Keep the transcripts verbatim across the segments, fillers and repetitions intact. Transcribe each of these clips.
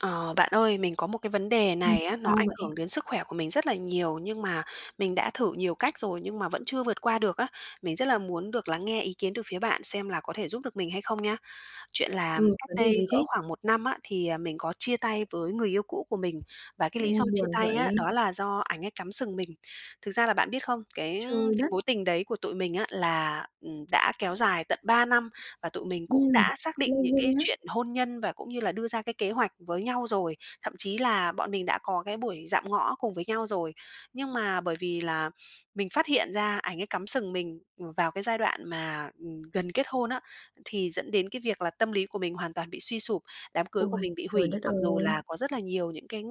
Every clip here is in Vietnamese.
Ờ, Bạn ơi, mình có một cái vấn đề Ừm, này á, nó sao ảnh vậy? hưởng đến sức khỏe của mình rất là nhiều nhưng mà mình đã thử nhiều cách rồi nhưng mà vẫn chưa vượt qua được á. Mình rất là muốn được lắng nghe ý kiến từ phía bạn xem là có thể giúp được mình hay không nha. Chuyện là Ừ, cách vấn đề đây gì thế? cỡ khoảng một năm á, thì, à, mình có chia tay với người yêu cũ của mình, và cái lý Ôi, do chia buồn tay á, vậy. đó là do ảnh ấy cắm sừng mình. Thực ra là bạn biết không, cái Trời cái đất, mối tình đấy của tụi mình á, là, ừm, đã kéo dài tận ba năm và tụi mình cũng ừm, đã xác định lâu những ghê cái á. chuyện hôn nhân và cũng như là đưa ra cái kế hoạch với nhau rồi, thậm chí là bọn mình đã có cái buổi dạm ngõ cùng với nhau rồi. Nhưng mà bởi vì là mình phát hiện ra ảnh ấy cắm sừng mình, vào cái giai đoạn mà, ừm, gần kết hôn á thì dẫn đến cái việc là tâm lý của mình hoàn toàn bị suy sụp, đám cưới của Ôi, mình bị trời đất hủy, mặc dù ơi, là có rất là nhiều những cái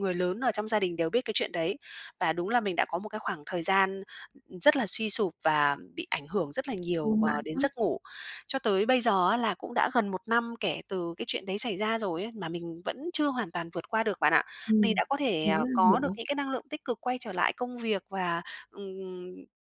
người lớn ở trong gia đình đều biết cái chuyện đấy. Và đúng là mình đã có một cái khoảng thời gian rất là suy sụp và bị ảnh hưởng rất là nhiều, thương bạn ờ, đến quá. giấc ngủ. Cho tới bây giờ á là cũng đã gần một năm kể từ cái chuyện đấy xảy ra rồi ấy, mà mình vẫn chưa hoàn toàn vượt qua được bạn ạ. Mình Ừm, đã có thể, mình ờ, rất là có được hiểu những cái năng lượng tích cực quay trở lại công việc và,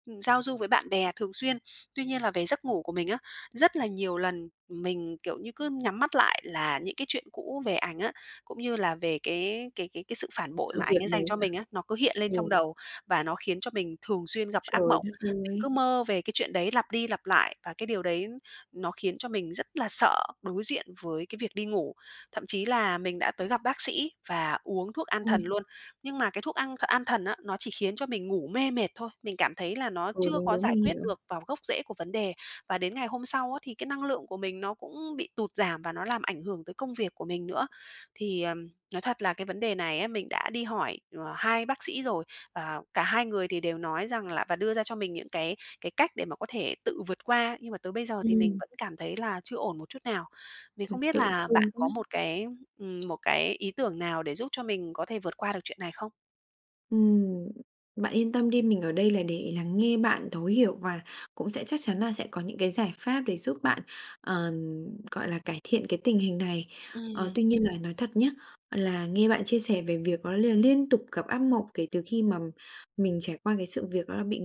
ừm, giao du với bạn bè thường xuyên. Tuy nhiên là về giấc ngủ của mình á, rất là nhiều lần mình, kiểu như, cứ nhắm mắt lại là những cái chuyện cũ về ảnh á, cũng như là về cái cái cái cái sự phản bội sự mà việc ảnh ấy đấy dành cho hả? mình á, nó cứ hiện lên Ừ, trong đầu và nó khiến cho mình thường xuyên gặp ác trời mộng. đất Mình ơi. cứ mơ về cái chuyện đấy lặp đi lặp lại và cái điều đấy nó khiến cho mình rất là sợ đối diện với cái việc đi ngủ. Thậm chí là mình đã tới gặp bác sĩ và uống thuốc an Ôi, thần luôn, nhưng mà cái thuốc an an thần á, nó chỉ khiến cho mình ngủ mê mệt thôi, mình cảm thấy là nó ừ, chưa đúng, có đúng, giải mình quyết hiểu. được vào gốc rễ của vấn đề. Và đến ngày hôm sau á, thì cái năng lượng của mình nó cũng bị tụt giảm và nó làm ảnh hưởng tới công việc của mình nữa. Thì, ờm, nói thật là cái vấn đề này á, mình đã đi hỏi, ờ, hai bác sĩ rồi, và cả hai người thì đều nói rằng là và đưa ra cho mình những cái cái cách để mà có thể tự vượt qua, nhưng mà tới bây giờ thì mình Ừm, vẫn cảm thấy là chưa ổn một chút nào. Mình thật không biết sự là bạn thương quá. có một cái, ừm, một cái ý tưởng nào để giúp cho mình có thể vượt qua được chuyện này không? Ừm, bạn yên tâm đi, mình ở đây là để lắng nghe bạn, thấu hiểu và cũng sẽ chắc chắn là sẽ có những cái giải pháp để giúp bạn, ờ, gọi là, cải thiện cái tình hình này. Ờ, Ừm, tuy nhiên là nói thật nhé là nghe bạn chia sẻ về việc đó là liên tục gặp ác mộng kể từ khi mà mình trải qua cái sự việc đó là bị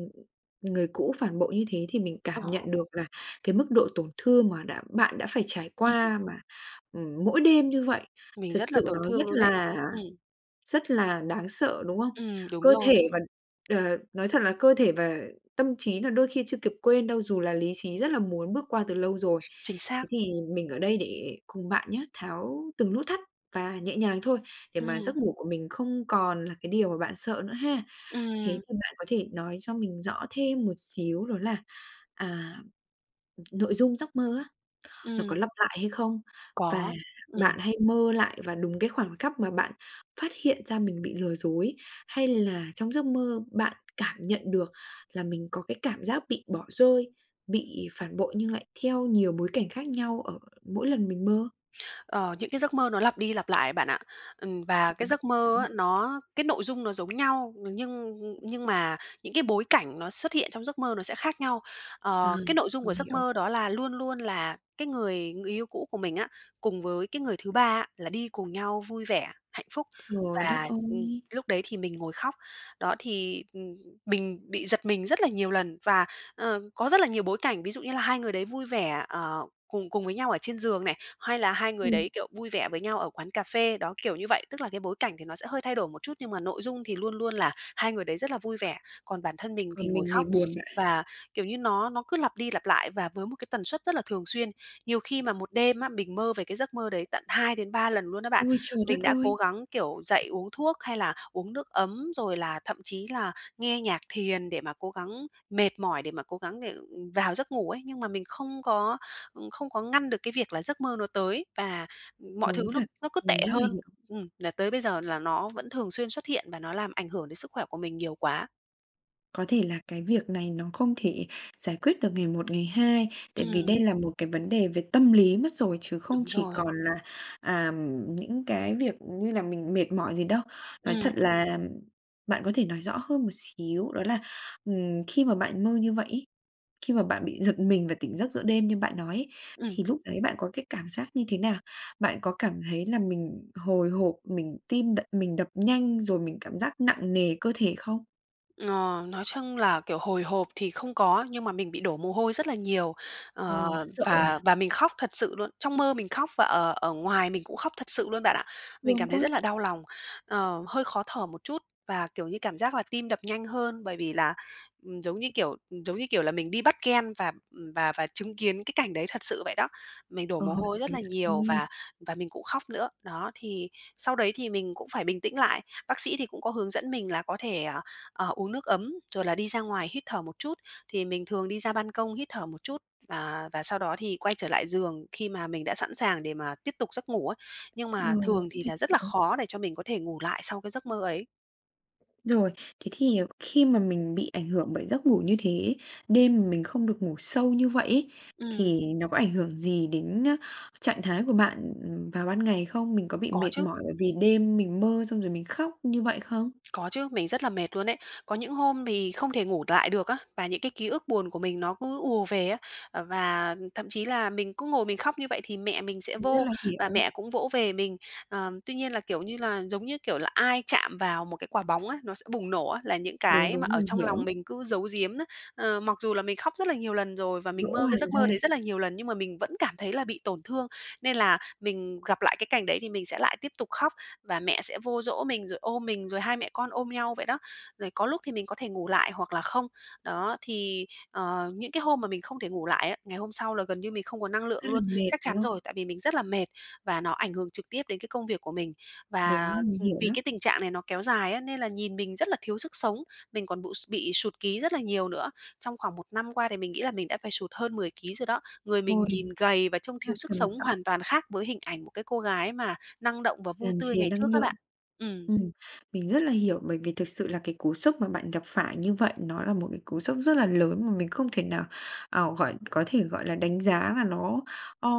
người cũ phản bội như thế thì mình cảm ờ, nhận được là cái mức độ tổn thương mà đã bạn đã phải trải ừm, qua mà, ừm, mỗi đêm như vậy, mình thật rất là sự tổn nó rất thương luôn đấy. là Ừm, rất là đáng sợ, đúng không? ừm, đúng Cơ rồi, thể và ờ, nói thật là cơ thể và tâm trí là đôi khi chưa kịp quên đâu, dù là lý trí rất là muốn bước qua từ lâu rồi. chính Thế xác. thì mình ở đây để cùng bạn nhé, tháo từng nút thắt và nhẹ nhàng thôi, để mà Ừm. giấc ngủ của mình không còn là cái điều mà bạn sợ nữa ha. Thế Ừm, thì bạn có thể nói cho mình rõ thêm một xíu đó là, à, nội dung giấc mơ á, nó có ừm, lặp lại hay không? Và có, ừm. bạn hay mơ lại và đúng cái khoảnh khắc mà bạn phát hiện ra mình bị lừa dối, hay là trong giấc mơ bạn cảm nhận được là mình có cái cảm giác bị bỏ rơi, bị phản bội nhưng lại theo nhiều bối cảnh khác nhau ở mỗi lần mình mơ? Ờ, những cái giấc mơ nó lặp đi lặp lại bạn ạ. Ừm, và Ôi, cái vậy giấc mơ hả? á, nó cái nội dung nó giống nhau nhưng nhưng mà những cái bối cảnh nó xuất hiện trong giấc mơ nó sẽ khác nhau. À, Ờ, cái nội dung của mình giấc hiểu. mơ đó là luôn luôn là cái người người yêu cũ của mình á, cùng với cái người thứ ba á, là đi cùng nhau vui vẻ, hạnh phúc Trời đất và, ừm, ơi! lúc đấy thì mình ngồi khóc. Đó, thì, ừm, mình bị giật mình rất là nhiều lần và, ờ, có rất là nhiều bối cảnh, ví dụ như là hai người đấy vui vẻ, ờ Cùng cùng với nhau ở trên giường này, hay là hai người Ôi. đấy, kiểu, vui vẻ với nhau ở quán cà phê, đó, kiểu như vậy. Tức là cái bối cảnh thì nó sẽ hơi thay đổi một chút, nhưng mà nội dung thì luôn luôn là hai người đấy rất là vui vẻ, còn bản thân mình thì Còn ngồi mình thì khóc. buồn bạn. Và, kiểu như, nó nó cứ lặp đi lặp lại và với một cái tần suất rất là thường xuyên. Nhiều khi mà một đêm á, mình mơ về cái giấc mơ đấy tận hai đến ba lần luôn đó bạn. Ôi, trời đất Mình đã ơi! cố gắng, kiểu, dậy uống thuốc hay là uống nước ấm, rồi là thậm chí là nghe nhạc thiền để mà cố gắng mệt mỏi để mà cố gắng để, ừ, vào giấc ngủ ấy, nhưng mà mình không có Ừm, không có ngăn được cái việc là giấc mơ nó tới và mọi thứ Đúng nó thật, nó cứ tệ mình rất là hơn. hiểu. Ừm, là tới bây giờ là nó vẫn thường xuyên xuất hiện và nó làm ảnh hưởng đến sức khỏe của mình nhiều quá. Có thể là cái việc này nó không thể giải quyết được ngày một, ngày hai, tại vì Ừm, đây là một cái vấn đề về tâm lý mất rồi chứ không đúng chỉ rồi. còn là, à, những cái việc như là mình mệt mỏi gì đâu. Nói Ừm, thật là bạn có thể nói rõ hơn một xíu, đó là, ừm, khi mà bạn mơ như vậy ấy, khi mà bạn bị giật mình và tỉnh giấc giữa đêm như bạn nói ấy, ừm. thì lúc đấy bạn có cái cảm giác như thế nào? Bạn có cảm thấy là mình hồi hộp, mình tim đập mình đập nhanh rồi mình cảm giác nặng nề cơ thể không? Ờ, nói chung là, kiểu, hồi hộp thì không có, nhưng mà mình bị đổ mồ hôi rất là nhiều, Ờ, ờ, sợ và và mình khóc thật sự luôn. Trong mơ mình khóc và ở ở ngoài mình cũng khóc thật sự luôn bạn ạ. Mình Thương cảm thấy quá! rất là đau lòng, ờ, hơi khó thở một chút và, kiểu như, cảm giác là tim đập nhanh hơn bởi vì là, ừm, giống như kiểu giống như kiểu là, mình đi bắt gen và, và và chứng kiến cái cảnh đấy thật sự vậy đó. Mình đổ Ờ, mồ hôi rất trời là đất nhiều ơi! và và mình cũng khóc nữa. Đó, thì sau đấy thì mình cũng phải bình tĩnh lại. Bác sĩ thì cũng có hướng dẫn mình là có thể, à, Ờ, uống nước ấm, rồi là đi ra ngoài hít thở một chút, thì mình thường đi ra ban công hít thở một chút và và sau đó thì quay trở lại giường khi mà mình đã sẵn sàng để mà tiếp tục giấc ngủ ấy. Nhưng mà Rồi, mình thường rất thì là là rất là hiểu. khó để cho mình có thể ngủ lại sau cái giấc mơ ấy. Rồi, thế thì khi mà mình bị ảnh hưởng bởi giấc ngủ như thế ấy, đêm mà mình không được ngủ sâu như vậy ấy, Ừm, thì nó có ảnh hưởng gì đến, a, trạng thái của bạn, ừm, vào ban ngày không? Mình có bị có mệt chứ. mỏi bởi vì đêm mình mơ xong rồi mình khóc như vậy không? Có chứ, mình rất là mệt luôn ấy. Có những hôm thì không thể ngủ lại được á, và những cái ký ức buồn của mình nó cứ ùa về á. Ờ, và thậm chí là mình cứ ngồi mình khóc như vậy thì mẹ mình sẽ Mình rất vô là và hiểu. mẹ cũng vỗ về mình. Ờ, tuy nhiên là, kiểu như là, giống như kiểu là, ai chạm vào một cái quả bóng á, nó sẽ bùng nổ á, là những Đúng, cái mà đúng, ở mình trong hiểu lòng lắm. mình cứ giấu giếm á. Ờ, mặc dù là mình khóc rất là nhiều lần rồi và Vỡ mình mơ hòa cái giấc ra, mơ đấy rất là nhiều lần nhưng mà mình vẫn cảm thấy là bị tổn thương, nên là mình gặp lại cái cảnh đấy thì mình sẽ lại tiếp tục khóc và mẹ sẽ vô dỗ mình rồi ôm mình, rồi hai mẹ con ôm nhau vậy đó. Rồi có lúc thì mình có thể ngủ lại hoặc là không. Đó, thì, ờ, những cái hôm mà mình không thể ngủ lại á, ngày hôm sau là gần như mình không có năng rất lượng là luôn, mệt, chắc đúng chắn không? rồi, tại vì mình rất là mệt và nó ảnh hưởng trực tiếp đến cái công việc của mình. Và, Đúng, mình ừm, hiểu vì lắm. cái tình trạng này nó kéo dài á, nên là nhìn mình rất là thiếu sức sống, mình còn bụ bị sụt ký rất là nhiều nữa. Trong khoảng một năm qua thì mình nghĩ là mình đã phải sụt hơn mười ký rồi đó. Người Ôi, mình rất nhìn gầy và trông là thiếu sức trầm sống trọng, hoàn toàn khác với hình ảnh một cái cô gái mà năng động và vui tràn tươi trề ngày trước năng á lượng. bạn. Ừm, Ừm, mình rất là hiểu bởi vì thực sự là cái cú sốc mà bạn gặp phải như vậy nó là một cái cú sốc rất là lớn mà mình không thể nào, ờ, gọi có thể, gọi là, đánh giá là nó, ờ,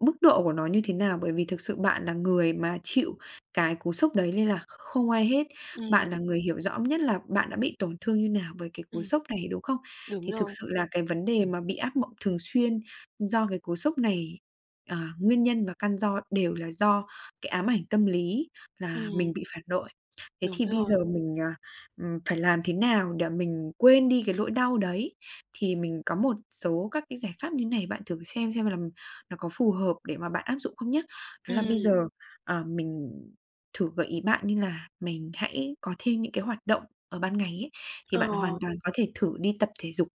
mức độ của nó như thế nào, bởi vì thực sự bạn là người mà chịu cái cú sốc đấy nên là không ai hết. ừm, Bạn là người hiểu rõ nhất là bạn đã bị tổn thương như nào với cái cú ừm. sốc này, đúng không? Đúng Thì thực rồi, sự là cái vấn đề mà bị ác mộng thường xuyên do cái cú sốc này, à, nguyên nhân và căn do đều là do cái ám ảnh tâm lý là ừm, mình bị phản bội. Thế đúng thì bây rồi, giờ mình, à, ừm, phải làm thế nào để mình quên đi cái nỗi đau đấy? Thì mình có một số các cái giải pháp như này, bạn thử xem xem là nó có phù hợp để mà bạn áp dụng không nhá. Đó là ừm, bây giờ, ờ, mình thử gợi ý bạn như là mình hãy có thêm những cái hoạt động ở ban ngày ấy, thì ờ, bạn hoàn toàn có thể thử đi tập thể dục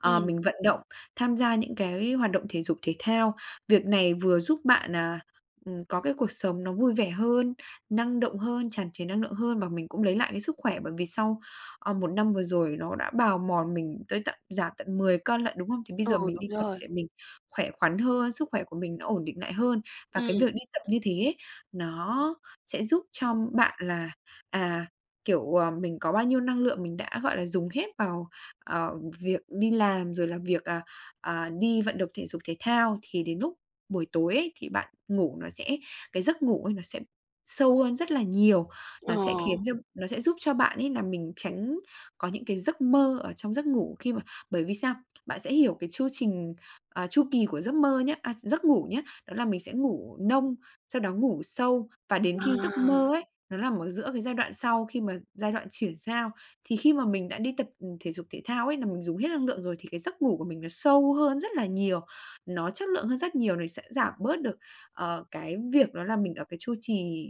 ờ, ừm, mình vận động, tham gia những cái hoạt động thể dục thể thao. Việc này vừa giúp bạn, là ừm, có cái cuộc sống nó vui vẻ hơn, năng động hơn, tràn trề năng lượng hơn và mình cũng lấy lại cái sức khỏe, bởi vì sau, ờ, một năm vừa rồi nó đã bào mòn mình tới tận giảm tận mười cân lại đúng không? Thì bây ừ, giờ mình đúng đi tập rồi, để mình khỏe khoắn hơn, sức khỏe của mình nó ổn định lại hơn. Và cái ừm, việc đi tập như thế ấy, nó sẽ giúp cho bạn là, à, kiểu, ờ, mình có bao nhiêu năng lượng mình đã, gọi là, dùng hết vào ờ, việc đi làm rồi là việc, à, à, đi vận động thể dục thể thao thì đến lúc buổi tối ấy thì bạn ngủ nó sẽ cái giấc ngủ ấy nó sẽ sâu hơn rất là nhiều. ờ, Nó sẽ khiến cho nó sẽ giúp cho bạn ấy là mình tránh có những cái giấc mơ ở trong giấc ngủ khi mà bởi vì sao? Bạn sẽ hiểu cái chu trình, à, chu kỳ của giấc mơ nhá à, giấc ngủ nhá, đó là mình sẽ ngủ nông, sau đó ngủ sâu và đến khi à, giấc mơ ấy, nó nằm ở giữa cái giai đoạn sau khi mà giai đoạn chuyển giao thì khi mà mình đã đi tập, ừ, thể dục thể thao ấy, là mình dùng hết năng lượng rồi thì cái giấc ngủ của mình nó sâu hơn rất là nhiều, nó chất lượng hơn rất nhiều, nó sẽ giảm bớt được, ờ, cái việc đó là mình ở cái chu trì,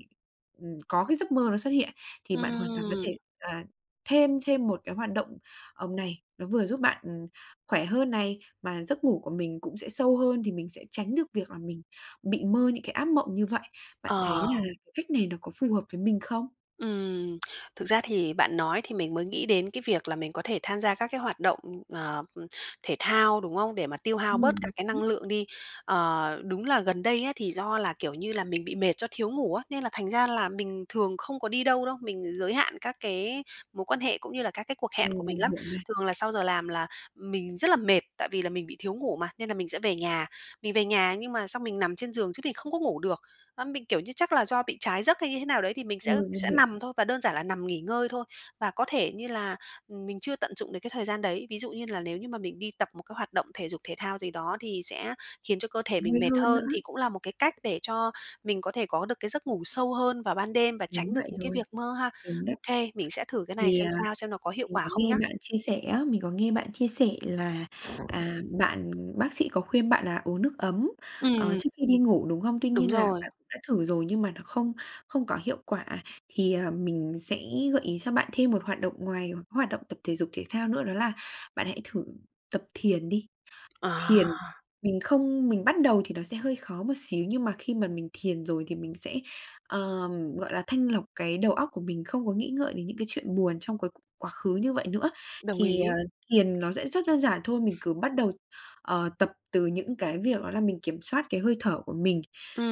ừm, có cái giấc mơ nó xuất hiện. Thì bạn hoàn toàn có ừm, thể, à, thêm thêm một cái hoạt động, ờm, này, nó vừa giúp bạn, ừm, khỏe hơn này, mà giấc ngủ của mình cũng sẽ sâu hơn thì mình sẽ tránh được việc là mình bị mơ những cái ác mộng như vậy. Bạn thấy ờ. là cái cách này nó có phù hợp với mình không? Ừm, Thực ra thì bạn nói thì mình mới nghĩ đến cái việc là mình có thể tham gia các cái hoạt động, ờ, thể thao, đúng không? Để mà tiêu hao bớt Ừm. các cái năng lượng đi. Ờ, đúng là gần đây á, thì do là, kiểu như là, mình bị mệt do thiếu ngủ á, nên là thành ra là mình thường không có đi đâu đâu, mình giới hạn các cái mối quan hệ cũng như là các cái cuộc Ừ, hẹn của mình mình lắm. hiểu mà. Thường là sau giờ làm là mình rất là mệt, tại vì là mình bị thiếu ngủ mà, nên là mình sẽ về nhà. Mình về nhà nhưng mà xong mình nằm trên giường chứ mình không có ngủ được. Đó, mình, kiểu như, chắc là do bị trái giấc hay như thế nào đấy thì mình sẽ Ừ, mình sẽ hiểu. nằm thôi và đơn giản là nằm nghỉ ngơi thôi. Và có thể như là, ừm, mình chưa tận dụng được cái thời gian đấy. Ví dụ như là nếu như mà mình đi tập một cái hoạt động thể dục thể thao gì đó thì sẽ khiến cho cơ thể Vui mình mệt hơn nữa, hơn, thì cũng là một cái cách để cho mình có thể có được cái giấc ngủ sâu hơn vào ban đêm và đúng tránh được vậy những cái rồi, việc mơ ha. đúng đấy. OK, mình sẽ thử cái này Thì, xem à, sao, xem nó có hiệu mình quả có không nghe nhá. bạn chia sẻ á, mình có nghe bạn chia sẻ là, à, bạn bác sĩ có khuyên bạn là uống nước ấm, ờ, Ừm, trước khi đi ngủ, đúng không? Tuy đúng nhiên là rồi. bạn cũng đã thử rồi nhưng mà nó không không có hiệu quả, thì, à, mình sẽ gợi ý cho bạn thêm một hoạt động ngoài hoạt động tập thể dục thể thao nữa đó là bạn hãy thử tập thiền đi. Thiền, À, mình không mình bắt đầu thì nó sẽ hơi khó một xíu, nhưng mà khi mà mình thiền rồi thì mình sẽ, ờm, gọi là, thanh lọc cái đầu óc của mình, không có nghĩ ngợi đến những cái chuyện buồn trong cái quá khứ như vậy nữa. đồng Thì, ờ, ý. thiền nó sẽ rất đơn giản thôi, mình cứ bắt đầu, ờ, tập từ những cái việc đó là mình kiểm soát cái hơi thở của mình.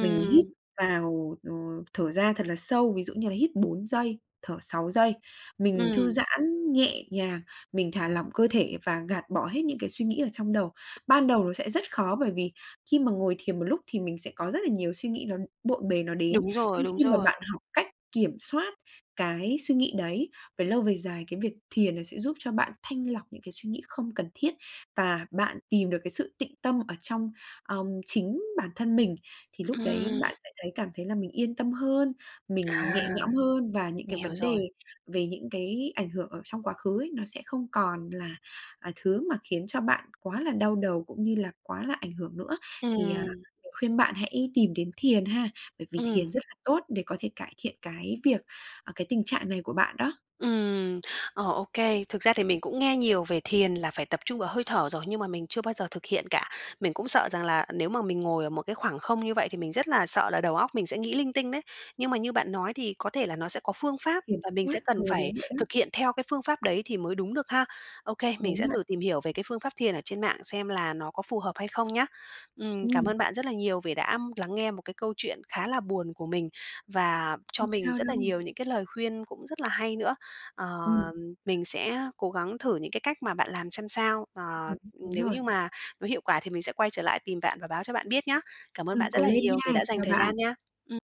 Mình hít vào, ờ, thở ra thật là sâu, ví dụ như là hít bốn giây, thở sáu giây. Mình thư ừm, giãn nhẹ nhàng, mình thả lỏng cơ thể và gạt bỏ hết những cái suy nghĩ ở trong đầu. Ban đầu nó sẽ rất khó bởi vì khi mà ngồi thiền một lúc thì mình sẽ có rất là nhiều suy nghĩ nó bộn bề nó đến, đúng rồi, nhưng đúng khi mà rồi. bạn học cách kiểm soát cái suy nghĩ đấy, về lâu về dài cái việc thiền nó sẽ giúp cho bạn thanh lọc những cái suy nghĩ không cần thiết và bạn tìm được cái sự tịnh tâm ở trong, ờm, chính bản thân mình, thì lúc đấy Ừm, bạn sẽ thấy cảm thấy là mình yên tâm hơn, mình nhẹ à, nhõm hơn và những mình cái hiểu vấn đề rồi. về những cái ảnh hưởng ở trong quá khứ ấy, nó sẽ không còn là à, thứ mà khiến cho bạn quá là đau đầu cũng như là quá là ảnh hưởng nữa. Thì, à, Ừm, mình khuyên bạn hãy tìm đến thiền ha, bởi vì ừm, thiền rất là tốt để có thể cải thiện cái việc à, cái tình trạng này của bạn đó. Ừm, ờ, ok Thực ra thì mình cũng nghe nhiều về thiền là phải tập trung vào hơi thở rồi, nhưng mà mình chưa bao giờ thực hiện cả. Mình cũng sợ rằng là nếu mà mình ngồi ở một cái khoảng không như vậy thì mình rất là sợ là đầu óc mình sẽ nghĩ linh tinh đấy. Nhưng mà như bạn nói thì có thể là nó sẽ có phương pháp Kiểm và mình soát sẽ cần ừ, đúng phải vậy đó, thực hiện theo cái phương pháp đấy thì mới đúng được ha. OK, mình đúng sẽ vậy. thử tìm hiểu về cái phương pháp thiền ở trên mạng xem là nó có phù hợp hay không nhá. Ừm, cảm Ừm, ơn bạn rất là nhiều vì đã lắng nghe một cái câu chuyện khá là buồn của mình và cho không mình sao rất đâu. là nhiều những cái lời khuyên cũng rất là hay nữa. Ờ, Ừm, mình sẽ cố gắng thử những cái cách mà bạn làm xem sao. ừm, Ờ, đúng Nếu rồi. như mà nó hiệu quả thì mình sẽ quay trở lại tìm bạn và báo cho bạn biết nhé. Cảm ơn Ừ, bạn rất cố là lên nhiều vì nha, đã dành chào thời bạn. gian nha.